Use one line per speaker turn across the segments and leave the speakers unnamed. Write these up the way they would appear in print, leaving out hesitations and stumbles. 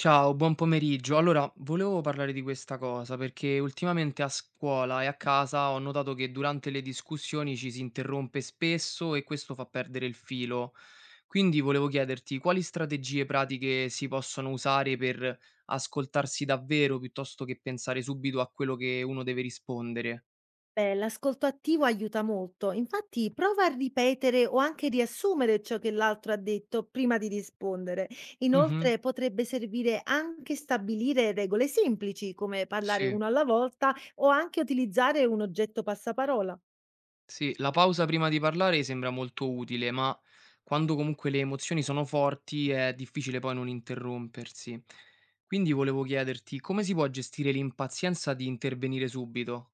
Ciao, buon pomeriggio. Allora, volevo parlare di questa cosa perché ultimamente a scuola e a casa ho notato che durante le discussioni ci si interrompe spesso e questo fa perdere il filo. Quindi volevo chiederti quali strategie pratiche si possono usare per ascoltarsi davvero piuttosto che pensare subito a quello che uno deve rispondere.
Beh, l'ascolto attivo aiuta molto, infatti prova a ripetere o anche riassumere ciò che l'altro ha detto prima di rispondere.
Mhm,
Inoltre potrebbe servire anche stabilire regole semplici come parlare
sì.
uno alla volta o anche utilizzare un oggetto passaparola.
Sì, la pausa prima di parlare sembra molto utile, ma quando comunque le emozioni sono forti è difficile poi non interrompersi. Quindi volevo chiederti come si può gestire l'impazienza di intervenire subito?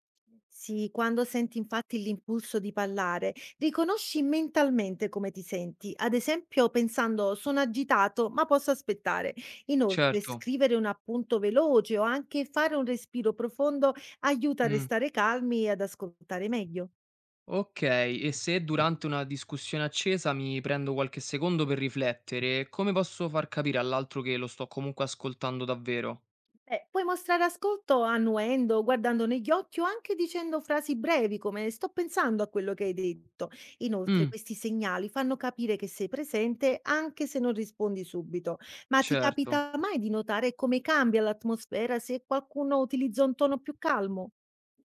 Sì, quando senti infatti l'impulso di parlare, riconosci mentalmente come ti senti, ad esempio pensando sono agitato ma posso aspettare. Inoltre,
Certo.
scrivere un appunto veloce o anche fare un respiro profondo aiuta a
Mm.
restare calmi e ad ascoltare meglio.
Ok, e se durante una discussione accesa mi prendo qualche secondo per riflettere, come posso far capire all'altro che lo sto comunque ascoltando davvero?
Beh, puoi mostrare ascolto annuendo, guardando negli occhi o anche dicendo frasi brevi come sto pensando a quello che hai detto. Inoltre,
Mm,
questi segnali fanno capire che sei presente anche se non rispondi subito. Ma ti
certo.
capita mai di notare come cambia l'atmosfera se qualcuno utilizza un tono più calmo?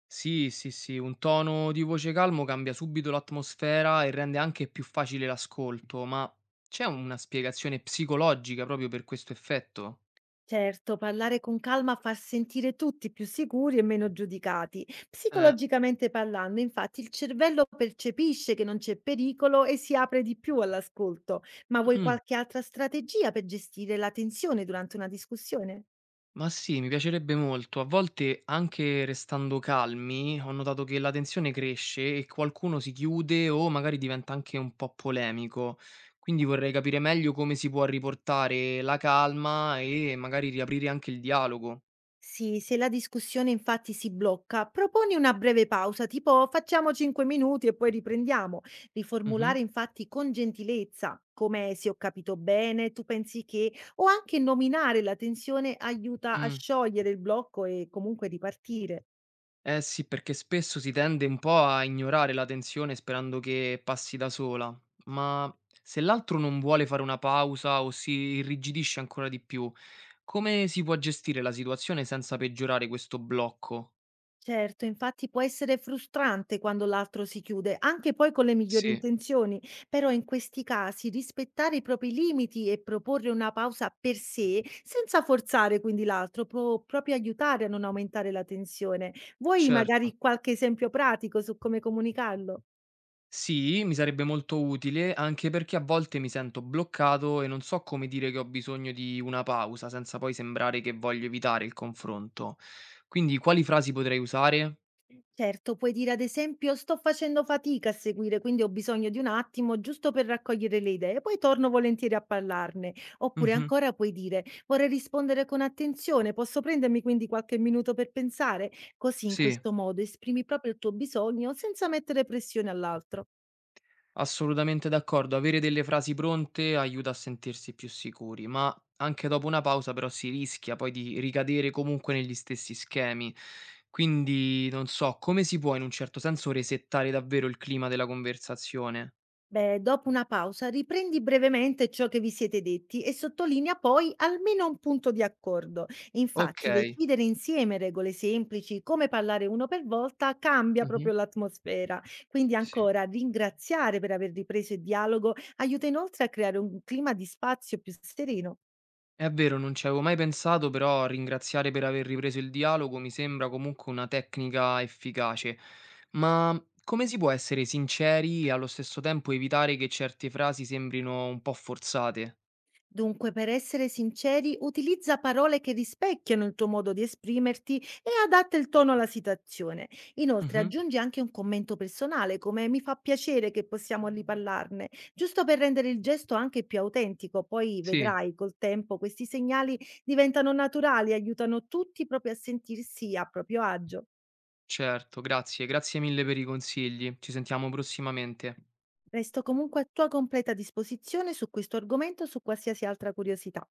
Sì, sì, sì, un tono di voce calmo cambia subito l'atmosfera e rende anche più facile l'ascolto, ma c'è una spiegazione psicologica proprio per questo effetto?
Certo, parlare con calma fa sentire tutti più sicuri e meno giudicati.
Eh,
Psicologicamente parlando, infatti, il cervello percepisce che non c'è pericolo e si apre di più all'ascolto. Ma vuoi
mm,
qualche altra strategia per gestire la tensione durante una discussione?
ma sì, mi piacerebbe molto. A volte, anche restando calmi, ho notato che la tensione cresce e qualcuno si chiude o magari diventa anche un po' polemico. Quindi vorrei capire meglio come si può riportare la calma e magari riaprire anche il dialogo.
Sì, se la discussione infatti si blocca, proponi una breve pausa, tipo facciamo 5 minuti e poi riprendiamo.
Mhm,
Riformulare infatti con gentilezza, come se ho capito bene, tu pensi che, o anche nominare la tensione aiuta a
mm.
sciogliere il blocco e comunque ripartire.
Eh sì, perché spesso si tende un po' a ignorare la tensione sperando che passi da sola, ma se l'altro non vuole fare una pausa o si irrigidisce ancora di più, come si può gestire la situazione senza peggiorare questo blocco?
Certo, infatti può essere frustrante quando l'altro si chiude, anche poi con le migliori
Sì,
intenzioni, però in questi casi rispettare i propri limiti e proporre una pausa per sé, senza forzare quindi l'altro, può proprio aiutare a non aumentare la tensione. Vuoi magari
certo.
qualche esempio pratico su come comunicarlo?
Sì, mi sarebbe molto utile, anche perché a volte mi sento bloccato e non so come dire che ho bisogno di una pausa, senza poi sembrare che voglio evitare il confronto. Quindi, quali frasi potrei usare?
Certo, puoi dire ad esempio sto facendo fatica a seguire, quindi ho bisogno di un attimo giusto per raccogliere le idee, poi torno volentieri a parlarne. Oppure
Mhm,
ancora puoi dire vorrei rispondere con attenzione, posso prendermi quindi qualche minuto per pensare? Così in
sì.
questo modo esprimi proprio il tuo bisogno senza mettere pressione all'altro.
Assolutamente d'accordo, avere delle frasi pronte aiuta a sentirsi più sicuri, ma anche dopo una pausa però si rischia poi di ricadere comunque negli stessi schemi. Quindi non so, come si può in un certo senso resettare davvero il clima della conversazione?
Beh, dopo una pausa, riprendi brevemente ciò che vi siete detti e sottolinea poi almeno un punto di accordo.
Ok.
Infatti, decidere insieme regole semplici, come parlare uno per volta, cambia
Mhm.
proprio l'atmosfera. Quindi
Sì.
ancora ringraziare per aver ripreso il dialogo aiuta inoltre a creare un clima di spazio più sereno.
È vero, non ci avevo mai pensato, però ringraziare per aver ripreso il dialogo mi sembra comunque una tecnica efficace. Ma come si può essere sinceri e allo stesso tempo evitare che certe frasi sembrino un po' forzate?
Dunque, per essere sinceri, utilizza parole che rispecchiano il tuo modo di esprimerti e adatta il tono alla situazione. Inoltre,
Mhm.
aggiungi anche un commento personale, come mi fa piacere che possiamo riparlarne, giusto per rendere il gesto anche più autentico. Poi
Sì,
vedrai col tempo questi segnali diventano naturali e aiutano tutti proprio a sentirsi a proprio agio.
certo, grazie, grazie mille per i consigli. Ci sentiamo prossimamente.
Resto comunque a tua completa disposizione su questo argomento o su qualsiasi altra curiosità.